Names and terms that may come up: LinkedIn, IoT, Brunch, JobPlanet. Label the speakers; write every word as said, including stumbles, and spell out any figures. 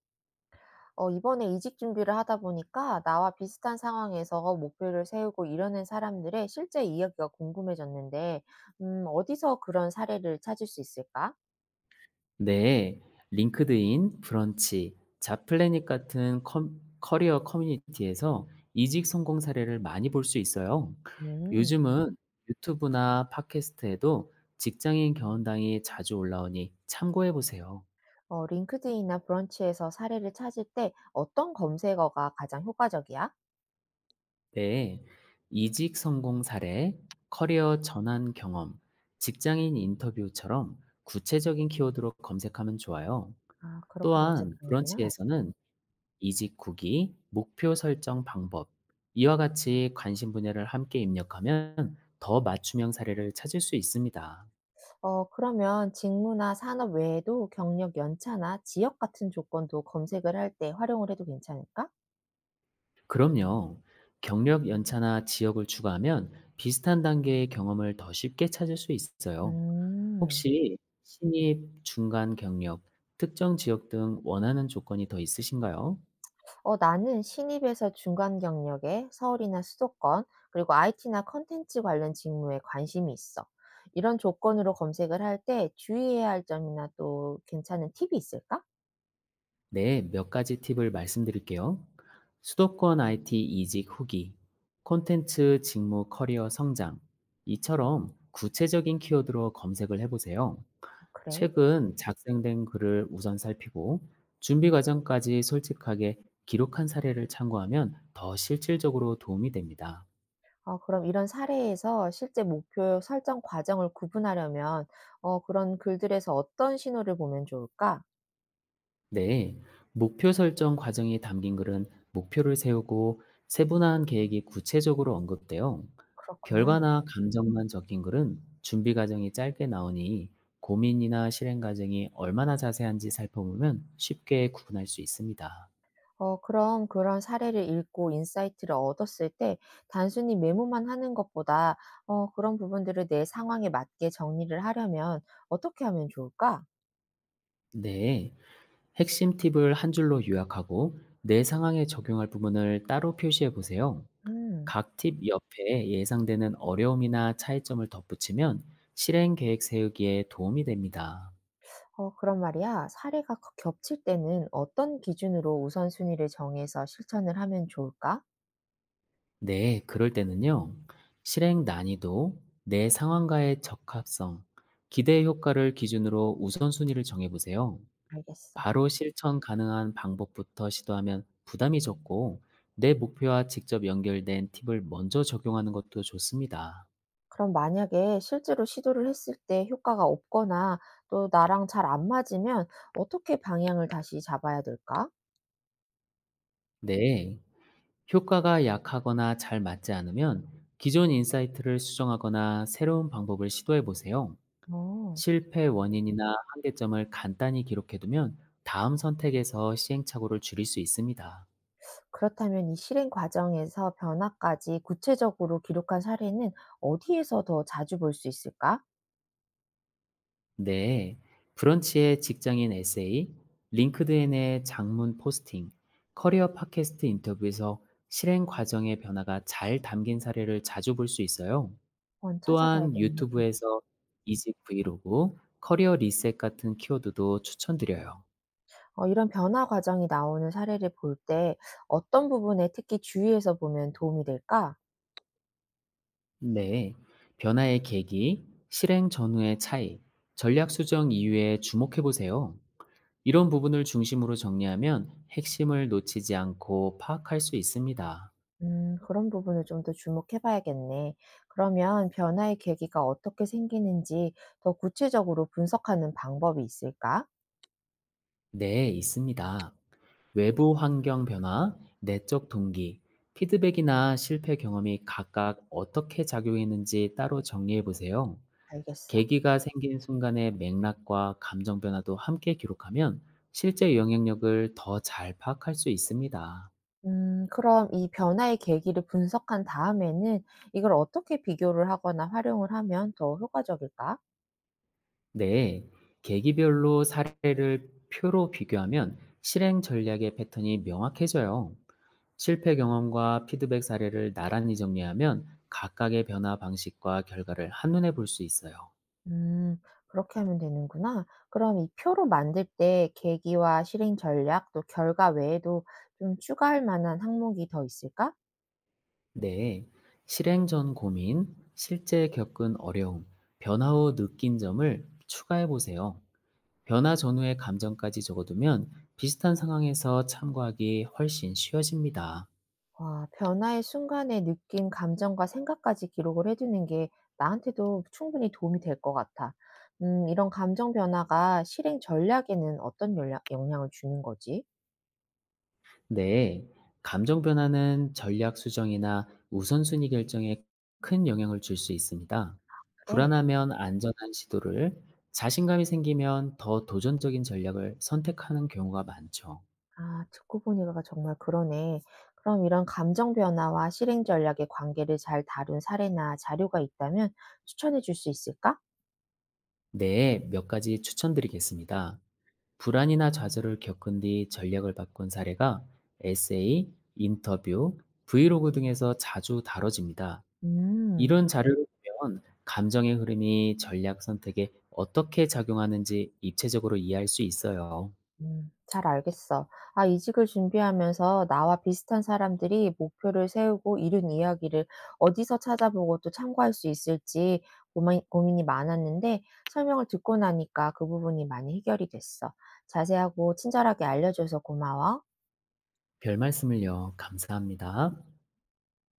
Speaker 1: 어, 이번에 이직 준비를 하다 보니까 나와 비슷한 상황에서 목표를 세우고 이뤄낸 사람들의 실제 이야기가 궁금해졌는데, 음, 어디서 그런 사례를 찾을 수 있을까?
Speaker 2: 네, 링크드인, 브런치, 잡플래닛 같은 컴- 커리어 커뮤니티에서 이직 성공 사례를 많이 볼 수 있어요.
Speaker 1: 음.
Speaker 2: 요즘은 유튜브나 팟캐스트에도 직장인 경험담이 자주 올라오니 참고해 보세요.
Speaker 1: 어, 링크드인이나 브런치에서 사례를 찾을 때 어떤 검색어가 가장 효과적이야?
Speaker 2: 네, 이직 성공 사례, 커리어 전환 경험, 직장인 인터뷰처럼 구체적인 키워드로 검색하면 좋아요.
Speaker 1: 아, 그렇게
Speaker 2: 또한
Speaker 1: 검색하는구나.
Speaker 2: 브런치에서는 이직 후기, 목표 설정 방법 이와 같이 관심 분야를 함께 입력하면 더 맞춤형 사례를 찾을 수 있습니다.
Speaker 1: 어, 그러면 직무나 산업 외에도 경력 연차나 지역 같은 조건도 검색을 할 때 활용을 해도 괜찮을까?
Speaker 2: 그럼요. 경력 연차나 지역을 추가하면 비슷한 단계의 경험을 더 쉽게 찾을 수 있어요.
Speaker 1: 음.
Speaker 2: 혹시 신입, 중간 경력, 특정 지역 등 원하는 조건이 더 있으신가요?
Speaker 1: 어, 나는 신입에서 중간 경력에 서울이나 수도권, 그리고 아이티나 컨텐츠 관련 직무에 관심이 있어. 이런 조건으로 검색을 할 때 주의해야 할 점이나 또 괜찮은 팁이 있을까?
Speaker 2: 네, 몇 가지 팁을 말씀드릴게요. 수도권 아이티 이직 후기, 콘텐츠 직무 커리어 성장, 이처럼 구체적인 키워드로 검색을 해보세요.
Speaker 1: 그래.
Speaker 2: 최근 작성된 글을 우선 살피고 준비 과정까지 솔직하게 기록한 사례를 참고하면 더 실질적으로 도움이 됩니다.
Speaker 1: 어, 그럼 이런 사례에서 실제 목표 설정 과정을 구분하려면, 어, 그런 글들에서 어떤 신호를 보면 좋을까?
Speaker 2: 네, 목표 설정 과정이 담긴 글은 목표를 세우고 세분화한 계획이 구체적으로 언급되어
Speaker 1: 그렇구나.
Speaker 2: 결과나 감정만 적힌 글은 준비 과정이 짧게 나오니 고민이나 실행 과정이 얼마나 자세한지 살펴보면 쉽게 구분할 수 있습니다.
Speaker 1: 어, 그럼 그런 사례를 읽고 인사이트를 얻었을 때 단순히 메모만 하는 것보다 어, 그런 부분들을 내 상황에 맞게 정리를 하려면 어떻게 하면 좋을까?
Speaker 2: 네, 핵심 팁을 한 줄로 요약하고 내 상황에 적용할 부분을 따로 표시해 보세요.
Speaker 1: 음.
Speaker 2: 각 팁 옆에 예상되는 어려움이나 차이점을 덧붙이면 실행 계획 세우기에 도움이 됩니다.
Speaker 1: 어, 그런 말이야. 사례가 겹- 겹칠 때는 어떤 기준으로 우선순위를 정해서 실천을 하면 좋을까?
Speaker 2: 네, 그럴 때는요. 실행 난이도, 내 상황과의 적합성, 기대 효과를 기준으로 우선순위를 정해보세요.
Speaker 1: 알겠어.
Speaker 2: 바로 실천 가능한 방법부터 시도하면 부담이 적고, 내 목표와 직접 연결된 팁을 먼저 적용하는 것도 좋습니다.
Speaker 1: 그럼 만약에 실제로 시도를 했을 때 효과가 없거나 또 나랑 잘 안 맞으면 어떻게 방향을 다시 잡아야 될까?
Speaker 2: 네, 효과가 약하거나 잘 맞지 않으면 기존 인사이트를 수정하거나 새로운 방법을 시도해보세요.
Speaker 1: 어.
Speaker 2: 실패 원인이나 한계점을 간단히 기록해두면 다음 선택에서 시행착오를 줄일 수 있습니다.
Speaker 1: 그렇다면 이 실행 과정에서 변화까지 구체적으로 기록한 사례는 어디에서 더 자주 볼 수 있을까?
Speaker 2: 네, 브런치의 직장인 에세이, 링크드인의 장문 포스팅, 커리어 팟캐스트 인터뷰에서 실행 과정의 변화가 잘 담긴 사례를 자주 볼 수 있어요.
Speaker 1: 한번
Speaker 2: 또한
Speaker 1: 찾아봐야겠네.
Speaker 2: 유튜브에서 이직 브이로그, 커리어 리셋 같은 키워드도 추천드려요.
Speaker 1: 어, 이런 변화 과정이 나오는 사례를 볼 때 어떤 부분에 특히 주의해서 보면 도움이 될까?
Speaker 2: 네, 변화의 계기, 실행 전후의 차이, 전략 수정 이유에 주목해 보세요. 이런 부분을 중심으로 정리하면 핵심을 놓치지 않고 파악할 수 있습니다.
Speaker 1: 음, 그런 부분을 좀 더 주목해 봐야겠네. 그러면 변화의 계기가 어떻게 생기는지 더 구체적으로 분석하는 방법이 있을까?
Speaker 2: 네, 있습니다. 외부 환경 변화, 내적 동기, 피드백이나 실패 경험이 각각 어떻게 작용했는지 따로 정리해 보세요.
Speaker 1: 알겠어.
Speaker 2: 계기가 생긴 순간의 맥락과 감정 변화도 함께 기록하면 실제 영향력을 더 잘 파악할 수 있습니다.
Speaker 1: 음, 그럼 이 변화의 계기를 분석한 다음에는 이걸 어떻게 비교를 하거나 활용을 하면 더 효과적일까?
Speaker 2: 네, 계기별로 사례를 표로 비교하면 실행 전략의 패턴이 명확해져요. 실패 경험과 피드백 사례를 나란히 정리하면 각각의 변화 방식과 결과를 한눈에 볼 수 있어요.
Speaker 1: 음, 그렇게 하면 되는구나. 그럼 이 표로 만들 때 계기와 실행 전략, 또 결과 외에도 좀 추가할 만한 항목이 더 있을까?
Speaker 2: 네, 실행 전 고민, 실제 겪은 어려움, 변화 후 느낀 점을 추가해 보세요. 변화 전후의 감정까지 적어두면 비슷한 상황에서 참고하기 훨씬 쉬워집니다.
Speaker 1: 와, 변화의 순간에 느낀 감정과 생각까지 기록을 해두는 게 나한테도 충분히 도움이 될 것 같아. 음, 이런 감정 변화가 실행 전략에는 어떤 영향- 영향을 주는 거지?
Speaker 2: 네, 감정 변화는 전략 수정이나 우선순위 결정에 큰 영향을 줄 수 있습니다.
Speaker 1: 그래.
Speaker 2: 불안하면 안전한 시도를, 자신감이 생기면 더 도전적인 전략을 선택하는 경우가 많죠.
Speaker 1: 아, 듣고 보니까 정말 그러네. 그럼 이런 감정 변화와 실행 전략의 관계를 잘 다룬 사례나 자료가 있다면 추천해 줄 수 있을까?
Speaker 2: 네, 몇 가지 추천드리겠습니다. 불안이나 좌절을 겪은 뒤 전략을 바꾼 사례가 에세이, 인터뷰, 브이로그 등에서 자주 다뤄집니다.
Speaker 1: 음.
Speaker 2: 이런 자료를 보면 감정의 흐름이 전략 선택에 어떻게 작용하는지 입체적으로 이해할 수 있어요.
Speaker 1: 음, 잘 알겠어. 아, 이직을 준비하면서 나와 비슷한 사람들이 목표를 세우고 이룬 이야기를 어디서 찾아보고 또 참고할 수 있을지 고민, 고민이 많았는데 설명을 듣고 나니까 그 부분이 많이 해결이 됐어. 자세하고 친절하게 알려줘서 고마워.
Speaker 2: 별 말씀을요. 감사합니다.